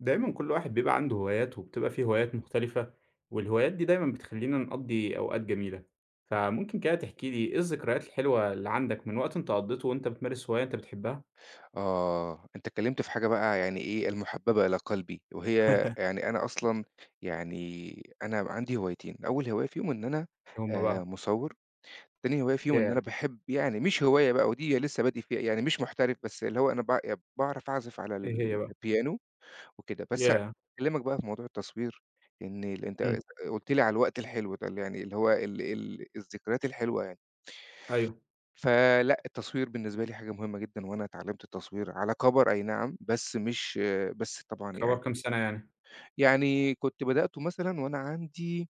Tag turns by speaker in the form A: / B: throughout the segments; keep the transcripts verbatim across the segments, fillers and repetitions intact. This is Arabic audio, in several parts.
A: دايمًا كل واحد بيبقى عنده هوايات، وبتبقى في هوايات مختلفة، والهوايات دي دايمًا بتخلّينا نقضّي أوقات جميلة، فممكن كده تحكي لي إيه الذكريات الحلوة اللي عندك من وقت أنت قضّيته وأنت بتمارس هواية أنت بتحبها؟
B: آه، أنت اتكلمت في حاجة بقى يعني إيه، المحببة إلى قلبي، وهي يعني أنا أصلًا يعني أنا عندي هوايتين، أول هواية فيهم إن أنا
A: إيه هم
B: آآ
A: بقى؟
B: مصوّر، تاني هواية فيهم إن أنا
A: ياه!
B: باحب يعني مش هواية بقى ودي لسه بادئ فيها يعني مش محترف، بس اللي هو أنا باع باعرف أعزف على
A: إيه هي بقى؟
B: البيانو وكده، بس
A: ياه!
B: أكلمك بقى في موضوع التصوير، إن ال أنت
A: إمم،
B: قلت لي على الوقت الحلو ده، اللي يعني اللي هو ال ال الذكريات الحلوة يعني.
A: أيوه،
B: فلأ، التصوير بالنسبة لي حاجة مهمة جدًا، وأنا اتعلّمت التصوير على كبر أي نعم، بس مش بس طبعًا
A: كَبَر
B: يعني
A: كام سنة يعني؟
B: يعني كنت بدأته مثلًا وأنا عندي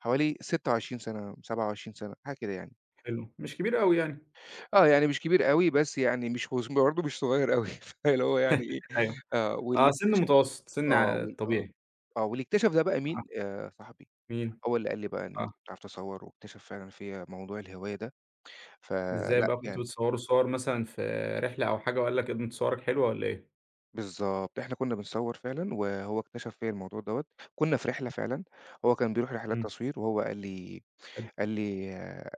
B: حوالي ستة وعشرين سَنة، سبعة وعشرين سَنة، حاجة كده يعني.
A: حلو، مش كبير أوي يعني،
B: آه، يعني مش كبير أوي، بس يعني مش برضه مش صغير أوي، فاللي هو يعني إيه
A: أيوه،
B: آه،
A: آه،
B: واللي
A: سِن متوسط، سِن
B: آه،
A: ع
B: وال آه،
A: طبيعي،
B: آه، واللي اكتشف ده بقى مين؟
A: آه،
B: آآ، صاحبي،
A: مين؟
B: هو اللي قال لي بقى إن أنت
A: آه،
B: بتعرف تصوّر، واكتشف فعلًا فيّا موضوع الهواية ده،
A: إزاي
B: فلأ
A: بقى كنتوا
B: يعني
A: بتصوّروا صور مثلًا في رحلة أو حاجة وقال لك إن صورك حلوة والّا إيه؟
B: بالضبط، إحنا كُنّا بنصوّر فعلًا، وهو اكتشف فيّا الموضوع دوّة، كُنّا في رحلة فعلًا، هو كان بيروح رحلات
A: إمم،
B: تصوير، وهو قال لي
A: حلو،
B: قال لي آه،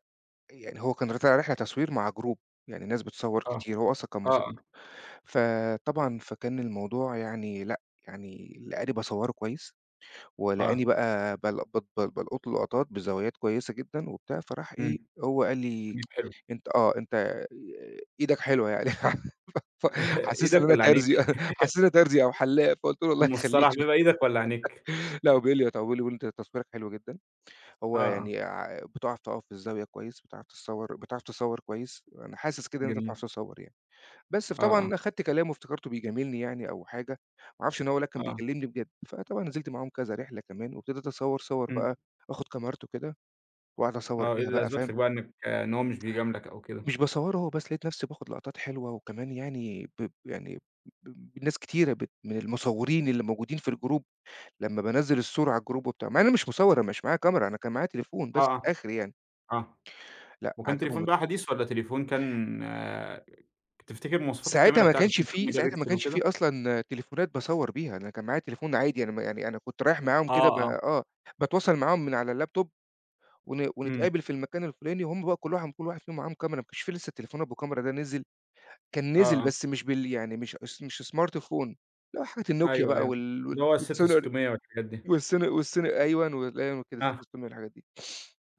B: يعني هو كان طالع رحلة تصوير مع group يعني ناس بتصوّر
A: آه،
B: كتير، هو أصلًا كان
A: آه، آه،
B: مصور، فطبعًا فكان الموضوع يعني لأ، يعني لقاني باصوّره كويس، ولقاني
A: آه،
B: بقى بال ب ب بالقُط لقطات بزوايات كويسة جدًا وبتاع، فراح إيه،
A: إمم،
B: هو قال لي
A: حلو.
B: أنت آه، أنت إيدك حلوة يعني ف حسّسني إن
A: إيدك
B: أنا
A: والّا
B: ترزي
A: عينيك؟
B: حسّسني إن أنا ترزي أو حلاق، فقُلت له: "الله يخلّيك."
A: المصطلح بيبقى إيدك والّا عينيك؟
B: لأ هو بيليط، هو بيقول لي هو بيقول لي أنت تصويرك حلو جدًا، هو
A: آه، آه،
B: يعني ع بتعرف تقف في الزاوية كويس، بتعرف تتصوّر بتعرف تتصوّر كويس، أنا حاسس كده إن أنت
A: جميل.
B: بتعرف تتصوّر يعني. بس
A: آه، آه،
B: فطبعًا أخدت كلامه وافتكرته بيجاملني يعني أو حاجة، ما أعرفش إن هو لأ كان
A: آه،
B: بيكلمني بجد، فطبعًا نزلت معاهم كذا رحلة كمان وابتديت أصوّر صور
A: إمم،
B: بقى، آخد كاميرته كده واقعد أصوّر
A: آه، إيه
B: بيها
A: اللي
B: بقى
A: أثبت
B: فاهم؟
A: لك بقى إنك آه، إن هو مش بيجاملك أو كده؟
B: مش باصوّره هو بس، لقيت نفسي باخد لقطات حلوة، وكمان يعني ب يعني ب ناس كتيرة بت من المصوّرين اللي موجودين في الجروب، لمّا بانزّل الصورة على الجروب وبتاع، مع إني مش مصوّر، أنا مش معايا كاميرا، أنا كان معايا تليفون
A: آه،
B: بس
A: آه،
B: آخري يعني،
A: آه،
B: لأ
A: وكان تليفون
B: عجبهم
A: بقى حديث والّا تليفون كان آه تفتكر مواصفات
B: ساعتها
A: الكاميرا
B: ما
A: بتاعته
B: كانش
A: كام
B: في
A: ميجا
B: ساعتها ما
A: بكسل
B: كانش
A: وكده؟
B: في أصلًا تليفونات باصوّر بيها، أنا كان معايا تليفون عادي، أنا ما يعني أنا كنت رايح معاهم
A: آه،
B: كده ب
A: آه،
B: آه، باتواصل معاهم من على اللاب توب ون
A: إمم،
B: ونتقابل في المكان الفلاني، وهُم بقى كل واحد كل واحد فيهم معاهم كاميرا، ما كانش في لسه التليفونات بكاميرا ده نزل. كان
A: آه،
B: نزل
A: آه،
B: بس مش بال يعني مش اس مش سمارت فون، اللي هو حاجة النوكيا
A: أيوه،
B: بقى
A: أيوه،
B: وال وال
A: اللي هو
B: والسوني
A: ال6600 والحاجات دي.
B: والسون والسون أيوًا والأيوًا كده
A: آه،
B: ستة آلاف وستمية والحاجات دي.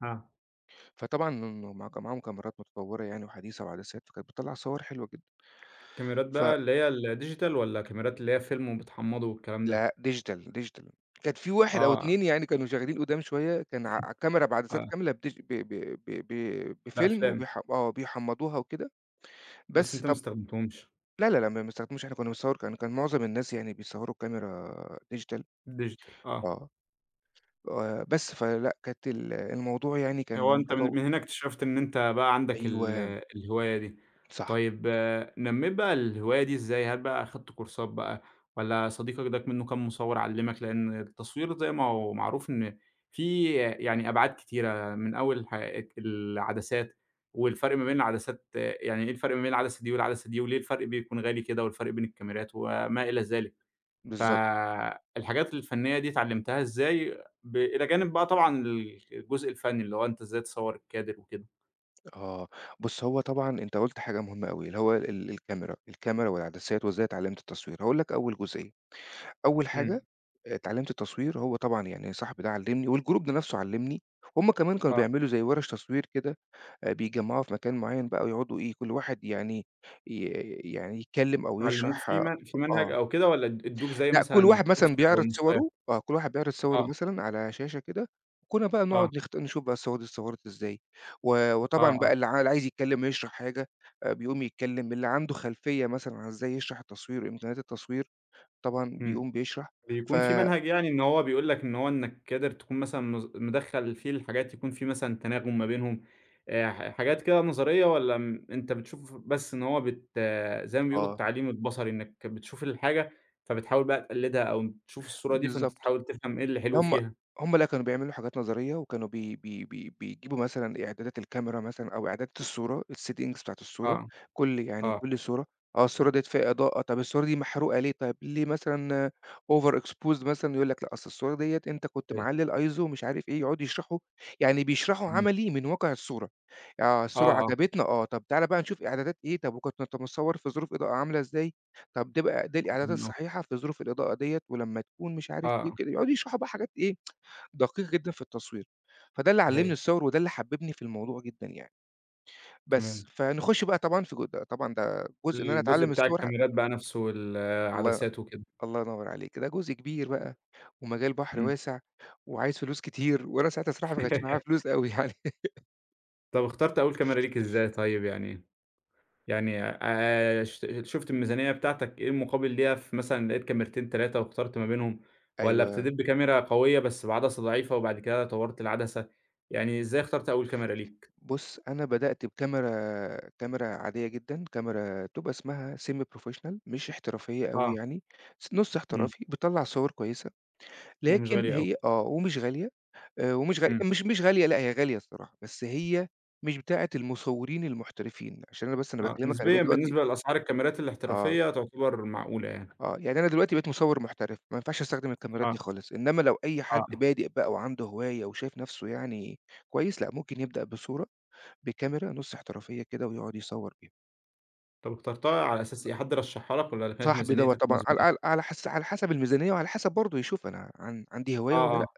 A: آه،
B: فطبعًا مع كان معاهم كاميرات متطوّرة يعني وحديثة وعدسات، فكانت بتطلّع صور حلوة جدًا.
A: كاميرات
B: ف
A: بقى اللي هي الديجيتال والّا كاميرات اللي هي فيلم وبتحمّضه والكلام ده؟
B: لأ ديجيتال، ديجيتال. كانت في واحد أو
A: آه،
B: اتنين يعني كانوا شغالين قُدام شوية، كان ع ع- كاميرا بعدسات
A: آه،
B: كاملة بديج ب ب ب ب بفيلم
A: بأفلام،
B: وبيح آه، بيحمّضوها وكده،
A: بس
B: بس
A: أنت ما
B: طب
A: استخدمتهمش.
B: لا، لا، لا، ما ما استخدموش إحنا كنا بنصوّر كان كان معظم الناس يعني بيصوّروا بكاميرا ديجيتال.
A: ديجيتال آه.
B: آه. آآ بس، فلأ كانت ال الموضوع يعني
A: هو
B: كان
A: أنت من
B: متطو
A: من هنا اكتشفت إن أنت بقى عندك ال
B: أيوه،
A: الهواية دي.
B: صح،
A: طيب آه، نمّيت بقى الهواية دي إزاي؟ هل بقى أخدت كورسات بقى والّا صديقك ده منّه كام مصوّر علّمك؟ لإن التصوير زي ما هو معروف إن فيه يعني أبعاد كتيرة من أول ح العدسات والفرق ما بين العدسات آه، يعني إيه الفرق ما بين العدسة دي والعدسة دي وليه الفرق بيكون غالي كده والفرق بين الكاميرات وما إلى ذلك.
B: بالضبط،
A: فالحاجات الفنية دي اتعلمتها إزاي، ب إلى جانب بقى طبعًا ال الجزء الفني، اللي هو أنت إزاي تصوّر الكادر وكده.
B: آه. بُص، هو طبعًا أنت قُلت حاجة مهمة أوي، اللي هو ال الكاميرا، الكاميرا والعدسات وإزاي اتعلّمت التصوير. هاقول لك أول جزئية، أول حاجة
A: إمم،
B: اتعلّمت التصوير، هو طبعًا يعني صاحبي ده علّمني والجروب ده نَفْسه علّمني، وهُم كمان كانوا
A: آه.
B: بيعملوا زي ورش تصوير كده، آآ بيتجمّعوا في مكان معيّن بقى ويقعدوا إيه، كل واحد يعني ي يعني يتكلّم أو
A: علموك
B: يشرح
A: في من في منهج
B: آه.
A: أو كده والّا اد ادوك زي
B: لأ، كل
A: مثلًا
B: واحد
A: tips
B: مثلًا
A: أو
B: بيعرض
A: نصايح؟
B: صوره آه، كل واحد بيعرض صوره
A: آه،
B: مثلًا على شاشة كده، وكنا بقى
A: آه،
B: نقعد نخت نشوف بقى الصور دي اتصورت إزاي، و
A: آه،
B: وطبعًا
A: آه.
B: بقى اللي ع اللي عايز يتكلم يشرح حاجة آآ، بيقوم يتكلم، اللي عنده خلفية مثلًا عن إزاي يشرح التصوير وإمكانيات التصوير، طبعًا
A: إمم.
B: بيقوم بيشرح، ف
A: بيكون في منهج يعني إن هو بيقول لك إن هو إنك قادر تكون مثلًا مز مدخّل فيه الحاجات يكون في مثلًا تناغم ما بينهم، آآ ح حاجات كده نظرية والّا م أنت بتشوف بس إن هو بت آه، زي ما بيقولوا
B: آه،
A: التعليم البصري، إنك بتشوف الحاجة فبتحاول بقى تقلدها أو تشوف الصورة دي فأنت
B: بالضبط.
A: تحاول تفهم إيه اللي حلو
B: هم
A: فيها؟
B: هم لأ، كانوا بيعملوا حاجات نظرية، وكانوا بي بي بي بيجيبوا مثلًا إعدادات الكاميرا مثلًا أو إعدادات الصورة الsettings بتاعة الصورة،
A: آه،
B: كل يعني
A: آه،
B: كل صورة آه، الصورة ديّة فيها إضاءة، طَب الصورة دي محروقة ليه طيب؟ ليه مثلًا over exposed مثلًا يقول لك لأ، أصل الصورة ديّة أنت كنت
A: هايل،
B: معلّي الISO مش عارف إيه، يقعدوا يشرحوا يعني بيشرحوا
A: جميل،
B: عملي من واقع الصورة، آه، الصورة
A: آه، آه،
B: عجبتنا آه، طَب تعالَ بقى نشوف إعدادات إيه، طَب وكنت أنت متصور في ظروف إضاءة عاملة إزاي، طب دي بقى دي الإعدادات
A: عظيم أوي،
B: الصحيحة في ظروف الإضاءة ديّة ولمّا تكون مش
A: آه،
B: عارف إيه
A: آه،
B: وكده، يقعدوا يشرحوا بقى حاجات إيه، دقيق جدًا في التصوير، فده اللي علّمني
A: هايل،
B: الصور وده اللي حببني في الموضوع جدًا يعني، بس.
A: تمام.
B: فنخش بقى طبعًا في جو ده طبعًا ده جزء إن أنا
A: الجزء
B: أتعلم
A: بتاع
B: الصور ح
A: الكاميرات بقى نفسه
B: الله
A: والعدسات وكده،
B: الله ينور عليكِ، ده جزء كبير بقى ومجال بحر
A: إمم.
B: واسع وعايز فلوس كتير، وأنا ساعتها الصراحة ما كانش معايا فلوس أوي يعني.
A: طب اخترت أول كاميرا ليك إزاي طيب يعني؟ يعني آآ ش شُفت الميزانية بتاعتك إيه المقابل ليها في مثلًا لقيت كاميرتين تلاتة واخترت ما بينهم، والّا
B: أيوه.
A: ابتديت بكاميرا قوية بس بعدسة ضعيفة وبعد كده طوّرت العدسة، يعني إزاي اخترت أول كاميرا ليك؟
B: بُص، أنا بدأت بكاميرا كاميرا عادية جدًا، كاميرا بتبقى اسمها semi professional مش احترافية أوي
A: آه،
B: يعني، س نُص
A: إمم،
B: احترافي، بتطلّع صور كويسة،
A: ومش
B: لكن
A: غالية أوي،
B: هي آه، ومش غالية آآ، ومش غالية
A: إمم،
B: مش مش غالية لأ، هي غالية الصراحة، بس هي مش بتاعة المصورين المحترفين، عشان أنا بس أنا
A: آه،
B: باكلمك أنا
A: نسبيًا
B: بقيت دلوقتي
A: بالنسبة لأسعار الكاميرات
B: آه،
A: الاحترافية تعتبر معقولة يعني،
B: آه، يعني أنا دلوقتي بقيت مصور محترف، ما ينفعش أستخدم الكاميرات دي
A: آه،
B: خالص، إنما لو أي حد
A: آه،
B: بادئ بقى وعنده هواية وشايف نفسه يعني كويس، لأ، ممكن يبدأ بصورة بكاميرا نُص احترافية كده ويقعد يصور بيها.
A: طَب اخترتها على أساس إيه، حد رشحها لك والّا كانت
B: صاحبي دوّة
A: ميزانيتك
B: طبعًا
A: مناسبة
B: على على
A: ليها؟
B: على حس على حسب الميزانية وعلى حسب برضه يشوف أنا عن عندي
A: آه،
B: هواية والّا
A: آه،
B: لأ،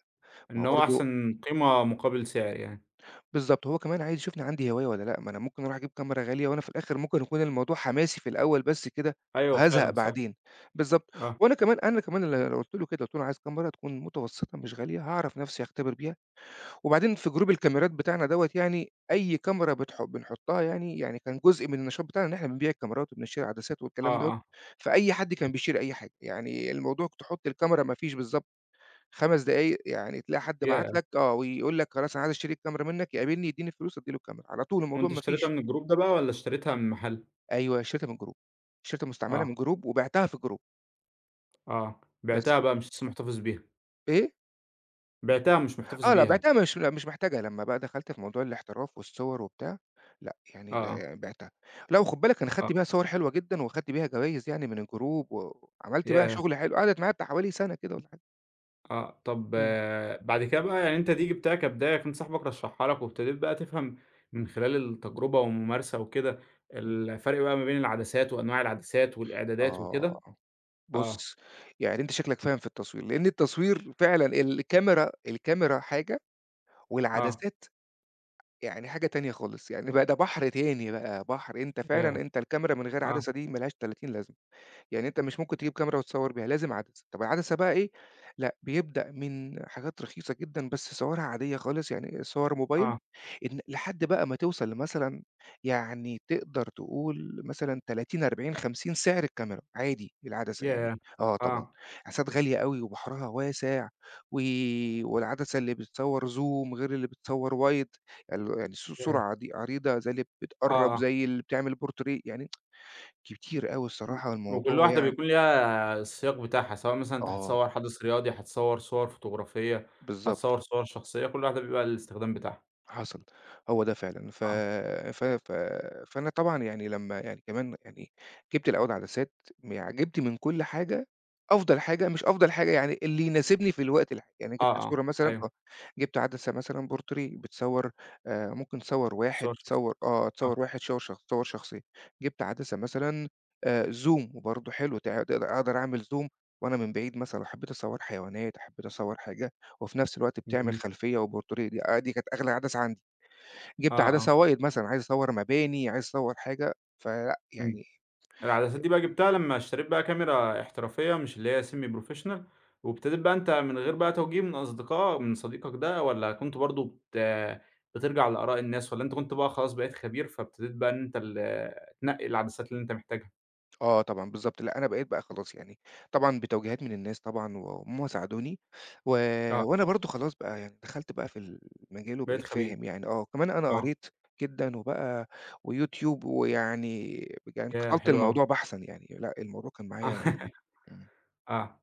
B: ما هو
A: إن هو
B: برضه
A: أحسن قيمة مقابل سعر يعني،
B: بالضبط، هو كمان عايز يشوفني عندي هواية والّا لأ، ما أنا ممكن أروح أجيب كاميرا غالية وأنا في الآخر ممكن يكون الموضوع حماسي في الأول بس كده
A: أيوه
B: وهازهق
A: فعلًا صح،
B: بعدين، بالضبط،
A: آه،
B: وأنا كمان أنا كمان اللي قُلت له كده، قُلت له: "أنا عايز كاميرا تكون متوسطة مش غالية هاعرف نَفْسي أختبر بيها." وبعدين في جروب الكاميرات بتاعنا دوّة يعني أي كاميرا بتح بنحطها يعني يعني كان جزء من النشاط بتاعنا إن إحنا بنبيع الكاميرات وبنشتري عدسات
A: آه،
B: والكلام دوّة،
A: آه،
B: فأي حد كان بيشير أي حاجة، يعني الموضوع كنت تحط الكاميرا ما فيش بالضبط خمس دقايق يعني تلاقي حد بعت
A: ياه!
B: لك آه، ويقول لك خلاص أنا عايز أشتري الكاميرا منك، يقابلني يدّيني الفلوس أدّي له الكاميرا، على طول الموضوع
A: وأنت
B: ما
A: اشتريتها
B: فيش
A: من الجروب ده بقى والّا اشتريتها من محل؟
B: أيوه اشتريتها من جروب، اشتريتها مستعملة من
A: آه،
B: جروب وبِعتها في جروب،
A: آه،
B: بس
A: بِعتها بقى مش لسه محتفظ بيها،
B: إيه؟
A: بِعتها مش محتفظ
B: آه، لأ
A: بيها،
B: بعتها مش لأ مش محتاجة، لمّا بقى دخلت في موضوع الاحتراف والصور وبتاع، لأ يعني ده
A: آه،
B: يعني بعتها. لأ وخُد بالك أنا خدت
A: آه،
B: بيها صور حلوة جدًا، وخدت بيها جوايز يعني من الجروب، وعملت بيها
A: ياه!
B: شغل حلو، قعدت معايا بتاع حوالي سَنة كده والّا حاجة.
A: آه، طب
B: إمم،
A: آه، بعد كده بقى يعني أنت دي جبتها كبداية كان صاحبك رشّحها لك وابتديت بقى تفهم من خلال التجربة والممارسة وكده،
B: إمم.
A: الفرق بقى ما بين العدسات وأنواع العدسات والإعدادات وكده؟
B: آه،
A: آه،
B: بُص يعني أنت شكلك فاهم في التصوير، لأن التصوير فعلًا الكاميرا الكاميرا حاجة،
A: آه،
B: والعدسات يعني حاجة تانية خالص، يعني بقى ده بحر تاني بقى، بحر أنت فعلًا
A: ياه!
B: أنت الكاميرا من غير
A: آه،
B: عدسة دي ما لهاش تلاتين لازمة. يعني أنت مش ممكن تجيب كاميرا وتصوّر بيها، لازم عدسة، طَب العدسة بقى إيه، لأ بيبدأ من حاجات رخيصة جدًا بس صورها عادية خالص، يعني صور موبايل
A: آه،
B: إن لحد بقى ما توصل لمثلًا يعني تقدر تقول مثلًا تلاتين، أربعين، خمسين سعر الكاميرا عادي العدسة يعني،
A: ياه!
B: آه طبعًا،
A: آه،
B: عدسات غالية أوي وبحرها واسع و والعدسة اللي بتصوّر زوم غير اللي بتصوّر وايد ال يعني صو صورة
A: ياه!
B: عدي عريضة زي اللي
A: آه،
B: بتقرّب،
A: آه.
B: زي اللي بتعمل بورتريه، يعني كتير أوي
A: إمم.
B: الصراحة
A: وكل
B: الموضوع
A: واحدة
B: يعني
A: بيكون ليها السياق بتاعها، سواء مثلًا أنت
B: آه،
A: هتصوّر حدث رياضي، هتصوّر صور فوتوغرافية،
B: بالضبط،
A: هتصوّر صور شخصية، كل واحدة بيبقى الاستخدام بتاعها.
B: حصل، هو ده فعلًا. ف
A: آه،
B: ف ف فأنا طبعًا يعني لمّا يعني كمان يعني جِبت الأول عدسات م يعني جِبت من كل حاجة أفضل حاجة مش أفضل حاجة يعني اللي يناسبني في الوقت الح يعني
A: آه،
B: جِبت
A: آه،
B: صورة مثلًا
A: أيوه،
B: آه، جِبت عدسة مثلًا بورتريه بتصوّر آآ ممكن تصوّر واحد،
A: صور شخصية،
B: تصوّر آه، تصوّر
A: آه،
B: واحد، تصوّر شخص تصوّر شخصية. جِبت عدسة مثلًا آآ زوم وبرضه حلو، تع تقدر أقدر أعمل زوم وأنا من بعيد مثلًا لو حبّيت أصوّر حيوانات، حبّيت أصوّر حاجة وفي نفس الوقت بتعمل
A: جميل،
B: خلفية وبورتريه دي آه، دي كانت أغلى عدسة عندي. جِبت
A: آه،
B: عدسة
A: آه،
B: وايد مثلًا، عايز أصوّر مباني، عايز أصوّر حاجة، فلأ
A: إمم.
B: يعني
A: العدسات دي بقى جِبتها لمّا اشتريت بقى كاميرا احترافية مش اللي هي semi-professional وابتديت بقى أنت من غير بقى توجيه من أصدقاء من صديقك ده والّا كنت برضه بت بترجع لآراء الناس والّا أنت كنت بقى خلاص بقيت خبير، فابتديت بقى إن أنت ال تنقّي العدسات اللي أنت محتاجها؟
B: آه طبعًا بالضبط، لأ أنا بقيت بقى خلاص يعني طبعًا بتوجيهات من الناس طبعًا وهُم ساعدوني و
A: آه،
B: وأنا برضه خلاص بقى يعني دخلت بقى في المجال
A: بقيت
B: وبقيت
A: خبير،
B: فاهم يعني آه، كمان أنا
A: آه.
B: قريت جدًا وبقى وYouTube ويعني يعني
A: ياه!
B: كترت
A: حلو أوي.
B: الموضوع بحثًا يعني، لأ الموضوع كان معايا يعني إمم،
A: آه.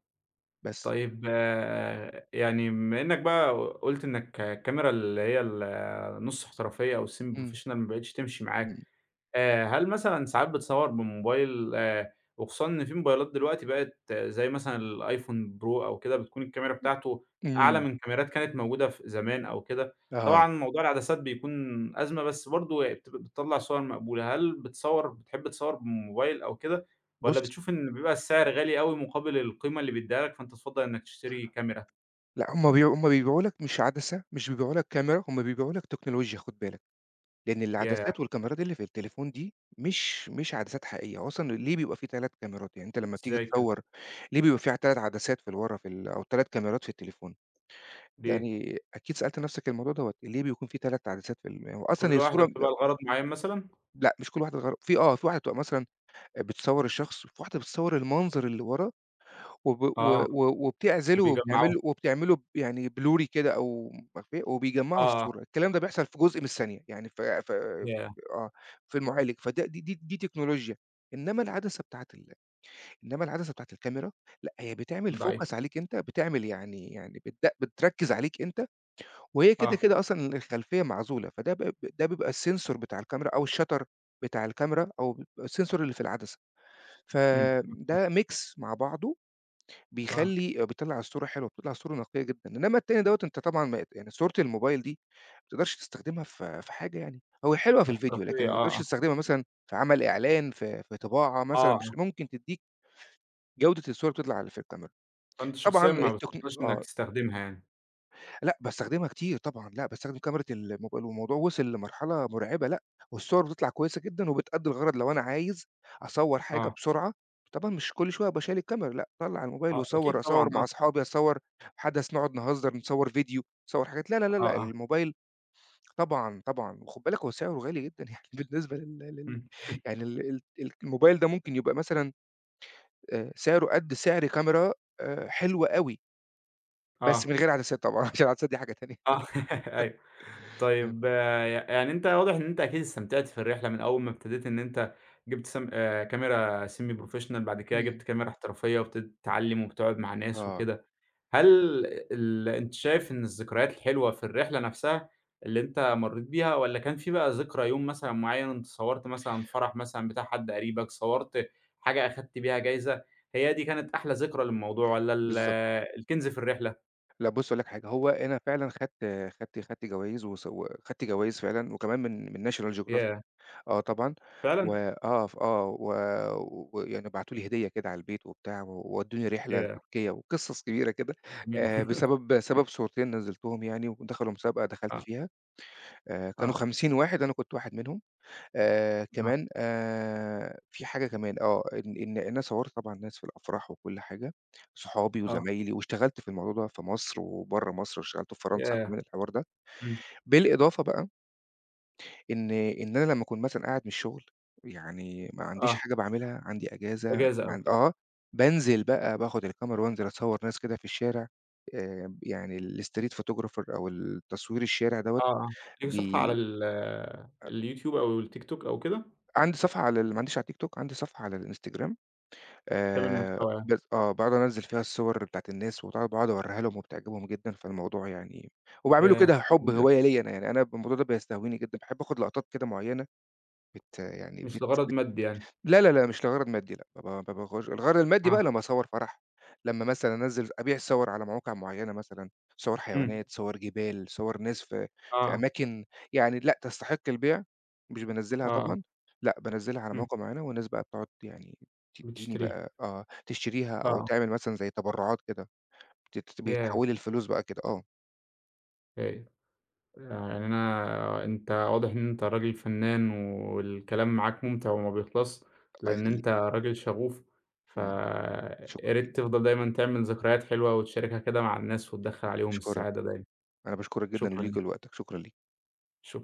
B: بس.
A: طيب آه، يعني بما إنّك بقى قُلت إنّك الكاميرا اللي هي النُص احترافية أو semi
B: إمم.
A: professional ما بقِتش تمشي معاك.
B: إمم.
A: آآ، هل مثلًا ساعات بتصور بموبايل آآ، وخصوصًا إن في موبايلات دلوقتي بقت آه، زي مثلًا الأيفون برو أو كده بتكون الكاميرا بتاعته أعلى
B: إمم.
A: من كاميرات كانت موجودة في زمان أو كده،
B: آه.
A: طبعًا موضوع العدسات بيكون أزمة بس برضه بت بتطلّع صور مقبولة، هل بتصور بتحب تصور بالموبايل أو كده،
B: بُص
A: والّا بتشوف إن بيبقى السعر غالي أوي مقابل القيمة اللي بيدّيها لك فأنت تفضّل إنك تشتري كاميرا؟
B: لأ، هم بيبيعوا هم بيبيعوا لك مش عدسة، مش بيبيعوا لك كاميرا، هم بيبيعوا لك تكنولوجيا خُد بالك، لإن
A: ياه!
B: العدسات والكاميرات اللي في التليفون دي مش مش عدسات حقيقية، هو أصلًا ليه بيبقى في تلاتة كاميرات؟ يعني أنت لمّا بتيجي
A: إزاي كده؟
B: تصوّر ليه بيبقى في تلاتة عدسات في ال ورا في ال أو تلات كاميرات في التليفون؟
A: ليه؟
B: يعني أكيد سألت نَفْسك الموضوع دوّة، ليه بيكون في تلاتة عدسات في ال يعني هو أصلًا هي
A: كل واحدة
B: الصورة
A: بتبقى لغرض معيّن مثلًا؟
B: لأ، مش كل واحدة غر في آه، في واحدة بتبقى مثلًا بتصوّر الشخص، وفي واحدة بتصوّر المنظر اللي ورا وب و
A: آه،
B: و وبتعزله
A: وبيجمّعوها
B: وبتعمل وبتعمله ب يعني blurry كده أو مخفية وبيجمّعوا
A: آه، آه،
B: الصورة، الكلام ده بيحصل في جزء من الثانية، يعني ف ف
A: ياه!
B: آه، في المعالج، فده دي دي دي تكنولوجيا، إنّما العدسة بتاعة ال إنّما العدسة بتاعة الكاميرا لأ، هي بتعمل
A: ضعيف.
B: focus عليك أنت، بتعمل يعني يعني بتد بتركّز عليك أنت، وهي كده،
A: آه،
B: كده أصلًا الخلفية معزولة، فده ب ده بيبقى الsensor بتاع الكاميرا أو الshutter بتاع الكاميرا أو الsensor اللي في العدسة،
A: إمم، إمم،
B: فده mix مع بعضه
A: آه،
B: بيخلّي بيطلّع الصورة حلوة، بتطلع الصورة نقية جدًا، إنّما التاني دوّة أنت طبعًا ما يعني صورة الموبايل دي ما تقدرش تستخدمها في في حاجة يعني، هو حلوة في الفيديو لكن
A: احترافية
B: ما
A: آه،
B: تقدرش
A: آه،
B: تستخدمها مثلًا في عمل إعلان، في في طباعة مثلًا،
A: آه، آه،
B: مش ممكن تدّيك جودة الصورة بتطلع اللي في الكاميرا،
A: فأنت
B: طبعًا
A: شخصيًا ما
B: التكن
A: بتفضّلش إنّك
B: آه.
A: تستخدمها يعني،
B: لأ، باستخدمها كتير طبعًا، لأ باستخدم كاميرا الموبايل والموضوع وصل لمرحلة مرعبة لأ، والصور بتطلع كويسة جدًا وبتأدّي الغرض لو أنا عايز أصوّر حاجة
A: آه،
B: بسرعة، طبعًا مش كل شوية أبقى شايل الكاميرا لأ، أطلّع الموبايل
A: آه، أكيد
B: واصوّر، أصوّر
A: طبعًا
B: مع
A: آه،
B: أصحابي، أصوّر حدث نقعد نهزر، نصوّر فيديو، نصوّر حاجات لا، لا، لا،
A: آه،
B: لأ
A: آه،
B: الموبايل طبعًا، طبعًا، وخُد بالك هو سعره غالي جدًا يعني بالنسبة لل لل
A: إمم،
B: يعني ال ال ال الموبايل ده ممكن يبقى مثلًا آآ، سعره قد سعر كاميرا آآ، حلوة أوي، بس من
A: آه،
B: غير عدسات طبعًا عشان العدسات دي حاجة
A: آه، أيوه،
B: تانية.
A: طيب ي يعني أنت واضح إن أنت أكيد استمتعت في الرحلة من أول ما ابتديت إن أنت جِبت سم آآ كاميرا semi professional بعد كده
B: إمم.
A: جِبت كاميرا احترافية وابتديت تتعلّم وبتقعد مع ناس
B: آه،
A: وكده. هل ال أنت شايف إن الذكريات الحلوة في الرحلة نفسها اللي أنت مرّيت بيها، والّا كان في بقى ذكرى يوم مثلًا معيّن أنت صوّرت مثلًا فرح مثلًا بتاع حد قريبك، صوّرت حاجة أخدت بيها جايزة، هي دي كانت أحلى ذكرى للموضوع والّا ال
B: بالضبط.
A: الكنز في الرحلة؟
B: لأ بُص أقول لك حاجة، هو أنا فعلًا خدت خدت خدت جوايز وس وخدت جوايز فعلًا وكمان من من National Geographic
A: ياه!
B: آه طبعًا، و
A: فعلًا؟
B: آه، ف آه، و ويعني بعتوا لي هدية كده على البيت وبتاع، وودّوني رحلة
A: ياه!
B: لتركيا وقصص كبيرة كده،
A: جميل
B: آآ بسبب سبب صورتين نزّلتهم يعني ودخلوا مسابقة دخلت
A: آه،
B: فيها، آآ كانوا
A: آه،
B: خمسين واحد أنا كنت واحد منهم. آآ
A: آه،
B: كمان آآ في حاجة كمان آه، إن إن إن أنا صوّرت طبعًا ناس في الأفراح وكل حاجة، صحابي
A: آه،
B: وزمايلي واشتغلت في الموضوع ده في مصر وبرّه مصر، واشتغلت في فرنسا
A: ياه!
B: كمان الحوار ده،
A: إمم،
B: بالإضافة بقى إن إن أنا لمّا أكون مثلًا قاعد من الشغل، يعني ما عنديش
A: آه،
B: حاجة باعملها، عندي إجازة
A: إجازة
B: ما
A: أو
B: عن
A: كده،
B: آه، بانزل بقى باخد الكاميرا وانزل أصوّر ناس كده في الشارع، آآ يعني الstreet photographer أو التصوير الشارع دوّة
A: آه، آه، ليكم صفحة على
B: بي
A: ال اليوتيوب أو التيك توك أو كده؟
B: عندي صفحة على ال ما عنديش على التيك توك، عندي صفحة على الإنستجرام
A: تعمل
B: آآ
A: محتوى يعني،
B: بس آه، باقعد أنزّل فيها الصور بتاعة الناس وط باقعد أورّيها لهم وبتعجبهم جدًا، فالموضوع يعني وباعمله
A: ياه!
B: كده حُب
A: جميل أوي،
B: هواية ليّا أنا، يعني أنا الموضوع ده بيستهويني جدًا، باحب آخُد لقطات كده معيّنة بت يعني
A: مش
B: بت
A: لغرض مادي يعني.
B: لا، لا، لأ، مش لغرض مادي لأ، ما ب ما باغيّرش الغرض المادي بقى
A: آه.
B: لمّا أصوّر فرح، لمّا مثلًا أنزّل أبيع صور على مواقع معيّنة مثلًا، صور
A: إمم.
B: حيوانات، صور جبال، صور ناس في في
A: آه،
B: أماكن يعني لأ تستحق البيع، مش بانزّلها
A: آه،
B: طبعًا، لأ بانزّلها على
A: إمم.
B: مواقع معيّنة والناس بقى بتقعد يعني تدّيني
A: بتشتريها.
B: بقى آه، تشتريها أو
A: آه.
B: تعمل مثلًا زي تبرعات كده، بتت
A: ياه!
B: بيتحوّلي لفلوس بقى كده، آه،
A: هايل. يعني أنا أنت واضح إن أنت راجل فنّان والكلام معاك مُمتع وما بيخلصش،
B: الله
A: لإن
B: يخلّيك،
A: أنت راجل شغوف،
B: إمم، شكرًا
A: فيا
B: ليك،
A: ريت تفضل دايمًا تعمل ذكريات حلوة وتشاركها كده مع الناس وتدخّل عليهم
B: أشكرك،
A: السعادة دايمًا.
B: أنا باشكرك جدًا
A: شكرًا
B: ليك
A: ليك،
B: ولوقتك، شكرًا ليك.
A: شكرًا.